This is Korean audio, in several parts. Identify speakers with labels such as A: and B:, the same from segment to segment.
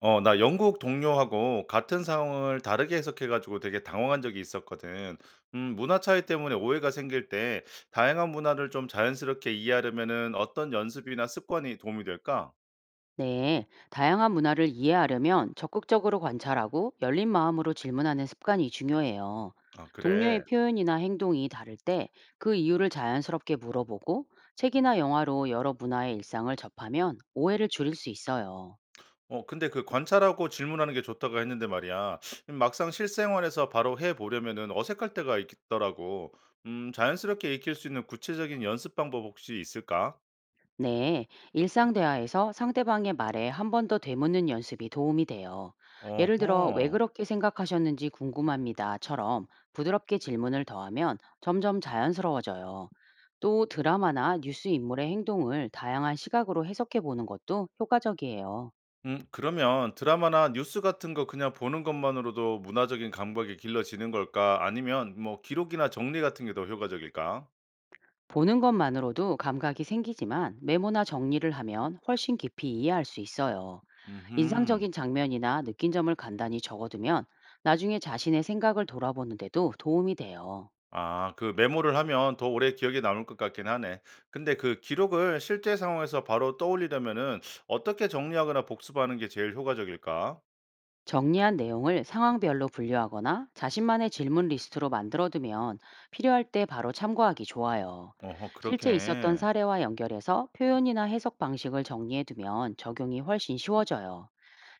A: 나 영국 동료하고 같은 상황을 다르게 해석해 가지고 되게 당황한 적이 있었거든. 문화 차이 때문에 오해가 생길 때 다양한 문화를 좀 자연스럽게 이해하려면은 어떤 연습이나 습관이 도움이 될까?
B: 네, 다양한 문화를 이해하려면 적극적으로 관찰하고 열린 마음으로 질문하는 습관이 중요해요.
A: 아,
B: 동료의
A: 그래.
B: 표현이나 행동이 다를 때 그 이유를 자연스럽게 물어보고 책이나 영화로 여러 문화의 일상을 접하면 오해를 줄일 수 있어요.
A: 근데 그 관찰하고 질문하는 게 좋다고 했는데 말이야. 막상 실생활에서 바로 해 보려면은 어색할 때가 있더라고. 자연스럽게 익힐 수 있는 구체적인 연습 방법 혹시 있을까?
B: 네, 일상 대화에서 상대방의 말에 한 번 더 되묻는 연습이 도움이 돼요. 예를 들어, 왜
A: 어허.
B: 그렇게 생각하셨는지 궁금합니다.처럼 부드럽게 질문을 더하면 점점 자연스러워져요. 또 드라마나 뉴스 인물의 행동을 다양한 시각으로 해석해 보는 것도 효과적이에요.
A: 그러면 드라마나 뉴스 같은 거 그냥 보는 것만으로도 문화적인 감각이 길러지는 걸까? 아니면 뭐 기록이나 정리 같은 게 더 효과적일까?
B: 보는 것만으로도 감각이 생기지만 메모나 정리를 하면 훨씬 깊이 이해할 수 있어요.
A: 음.
B: 인상적인 장면이나 느낀 점을 간단히 적어두면 나중에 자신의 생각을 돌아보는데도 도움이 돼요.
A: 아, 그 메모를 하면 더 오래 기억에 남을 것 같긴 하네. 근데 그 기록을 실제 상황에서 바로 떠올리려면은 어떻게 정리하거나 복습하는 게 제일 효과적일까?
B: 정리한 내용을 상황별로 분류하거나 자신만의 질문 리스트로 만들어두면 필요할 때 바로 참고하기 좋아요.
A: 어허,
B: 실제 있었던
A: 그렇게.
B: 사례와 연결해서 표현이나 해석 방식을 정리해두면 적용이 훨씬 쉬워져요.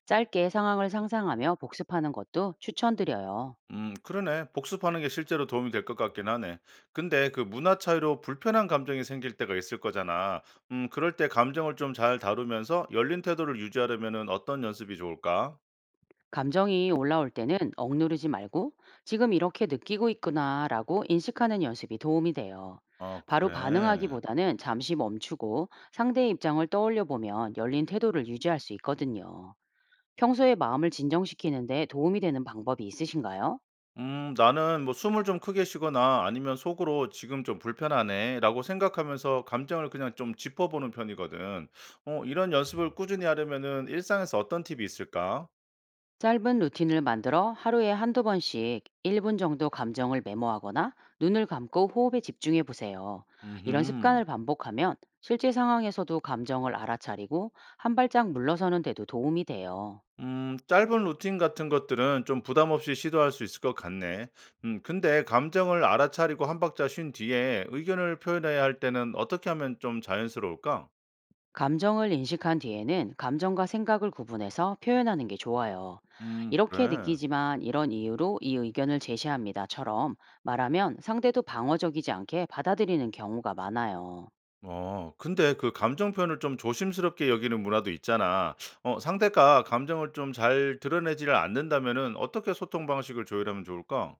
B: 짧게 상황을 상상하며 복습하는 것도 추천드려요.
A: 그러네. 복습하는 게 실제로 도움이 될 것 같긴 하네. 근데 그 문화 차이로 불편한 감정이 생길 때가 있을 거잖아. 그럴 때 감정을 좀 잘 다루면서 열린 태도를 유지하려면은 어떤 연습이 좋을까?
B: 감정이 올라올 때는 억누르지 말고 지금 이렇게 느끼고 있구나 라고 인식하는 연습이 도움이 돼요.
A: 아,
B: 바로
A: 그래.
B: 반응하기보다는 잠시 멈추고 상대의 입장을 떠올려 보면 열린 태도를 유지할 수 있거든요. 평소에 마음을 진정시키는데 도움이 되는 방법이 있으신가요?
A: 나는 뭐 숨을 좀 크게 쉬거나 아니면 속으로 지금 좀 불편하네라고 생각하면서 감정을 그냥 좀 짚어보는 편이거든. 이런 연습을 꾸준히 하려면은 일상에서 어떤 팁이 있을까?
B: 짧은 루틴을 만들어 하루에 한두 번씩 1분 정도 감정을 메모하거나 눈을 감고 호흡에 집중해 보세요. 이런
A: 음.
B: 습관을 반복하면 실제 상황에서도 감정을 알아차리고 한 발짝 물러서는 데도 도움이 돼요.
A: 짧은 루틴 같은 것들은 좀 부담 없이 시도할 수 있을 것 같네. 근데 감정을 알아차리고 한 박자 쉰 뒤에 의견을 표현해야 할 때는 어떻게 하면 좀 자연스러울까?
B: 감정을 인식한 뒤에는 감정과 생각을 구분해서 표현하는 게 좋아요. 이렇게
A: 그래.
B: 느끼지만 이런 이유로 이 의견을 제시합니다처럼 말하면 상대도 방어적이지 않게 받아들이는 경우가 많아요.
A: 근데 그 감정 표현을 좀 조심스럽게 여기는 문화도 있잖아. 상대가 감정을 좀 잘 드러내지를 않는다면은 어떻게 소통 방식을 조율하면 좋을까?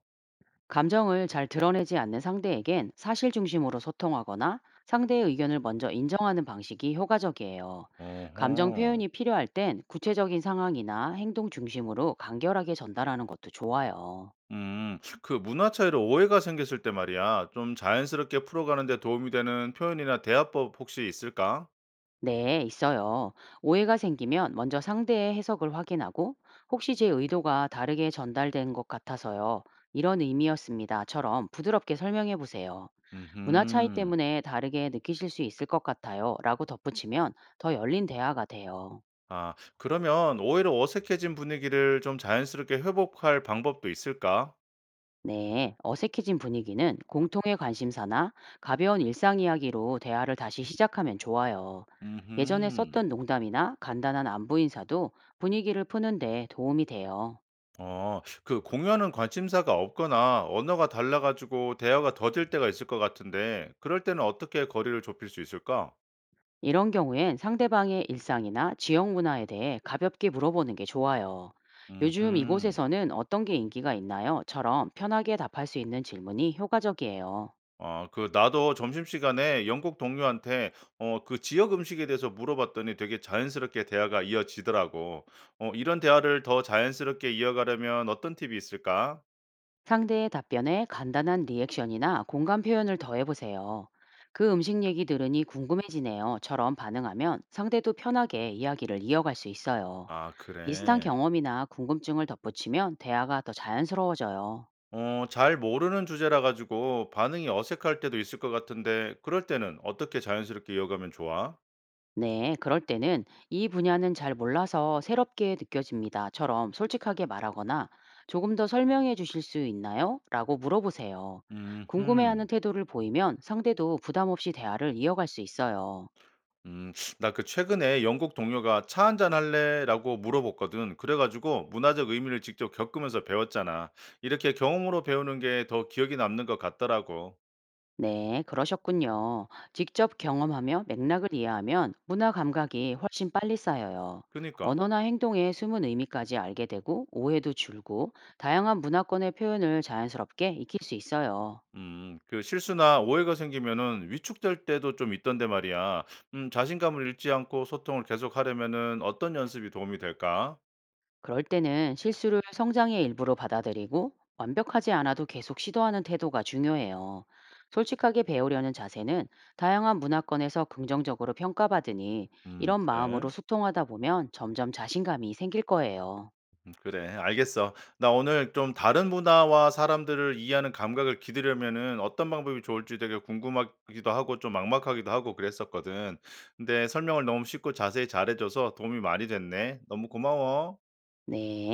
B: 감정을 잘 드러내지 않는 상대에겐 사실 중심으로 소통하거나 상대의 의견을 먼저 인정하는 방식이 효과적이에요. 감정
A: 어허.
B: 표현이 필요할 땐 구체적인 상황이나 행동 중심으로 간결하게 전달하는 것도 좋아요.
A: 그 문화 차이로 오해가 생겼을 때 말이야. 좀 자연스럽게 풀어가는 데 도움이 되는 표현이나 대화법 혹시 있을까?
B: 네, 있어요. 오해가 생기면 먼저 상대의 해석을 확인하고 혹시 제 의도가 다르게 전달된 것 같아서요. 이런 의미였습니다.처럼 부드럽게 설명해 보세요. 문화 차이
A: 음.
B: 때문에 다르게 느끼실 수 있을 것 같아요. 라고 덧붙이면 더 열린 대화가 돼요.
A: 아, 그러면 오히려 어색해진 분위기를 좀 자연스럽게 회복할 방법도 있을까?
B: 네, 어색해진 분위기는 공통의 관심사나 가벼운 일상 이야기로 대화를 다시 시작하면 좋아요. 예전에
A: 음.
B: 썼던 농담이나 간단한 안부 인사도 분위기를 푸는데 도움이 돼요.
A: 그 공유하는 관심사가 없거나 언어가 달라가지고 대화가 더딜 때가 있을 것 같은데, 그럴 때는 어떻게 거리를 좁힐 수 있을까?
B: 이런 경우엔 상대방의 일상이나 지역 문화에 대해 가볍게 물어보는 게 좋아요. 요즘
A: 음.
B: 이곳에서는 어떤 게 인기가 있나요?처럼 편하게 답할 수 있는 질문이 효과적이에요.
A: 그 나도 점심시간에 영국 동료한테 그 지역 음식에 대해서 물어봤더니 되게 자연스럽게 대화가 이어지더라고. 이런 대화를 더 자연스럽게 이어가려면 어떤 팁이 있을까?
B: 상대의 답변에 간단한 리액션이나 공감 표현을 더해보세요. 그 음식 얘기 들으니 궁금해지네요.처럼 반응하면 상대도 편하게 이야기를 이어갈 수 있어요.
A: 아,
B: 비슷한
A: 그래.
B: 경험이나 궁금증을 덧붙이면 대화가 더 자연스러워져요.
A: 잘 모르는 주제라 가지고 반응이 어색할 때도 있을 것 같은데 그럴 때는 어떻게 자연스럽게 이어가면 좋아?
B: 네, 그럴 때는 이 분야는 잘 몰라서 새롭게 느껴집니다.처럼 솔직하게 말하거나 조금 더 설명해 주실 수 있나요? 라고 물어보세요. 궁금해하는
A: 음흠.
B: 태도를 보이면 상대도 부담 없이 대화를 이어갈 수 있어요.
A: 음. 나 그 최근에 영국 동료가 "차 한잔 할래?"라고 물어봤거든. 그래 가지고 문화적 의미를 직접 겪으면서 배웠잖아. 이렇게 경험으로 배우는 게 더 기억에 남는 것 같더라고.
B: 네, 그러셨군요. 직접 경험하며 맥락을 이해하면 문화 감각이 훨씬 빨리 쌓여요.
A: 그니까.
B: 언어나 행동의 숨은 의미까지 알게 되고 오해도 줄고 다양한 문화권의 표현을 자연스럽게 익힐 수 있어요.
A: 음. 그 실수나 오해가 생기면은 위축될 때도 좀 있던데 말이야. 자신감을 잃지 않고 소통을 계속하려면은 어떤 연습이 도움이 될까?
B: 그럴 때는 실수를 성장의 일부로 받아들이고 완벽하지 않아도 계속 시도하는 태도가 중요해요. 솔직하게 배우려는 자세는 다양한 문화권에서 긍정적으로 평가받으니
A: 음.
B: 이런
A: 그래.
B: 마음으로 소통하다 보면 점점 자신감이 생길 거예요.
A: 음. 그래. 알겠어. 나 오늘 좀 다른 문화와 사람들을 이해하는 감각을 기르려면은 어떤 방법이 좋을지 되게 궁금하기도 하고 좀 막막하기도 하고 그랬었거든. 근데 설명을 너무 쉽고 자세히 잘해 줘서 도움이 많이 됐네. 너무 고마워.
B: 네.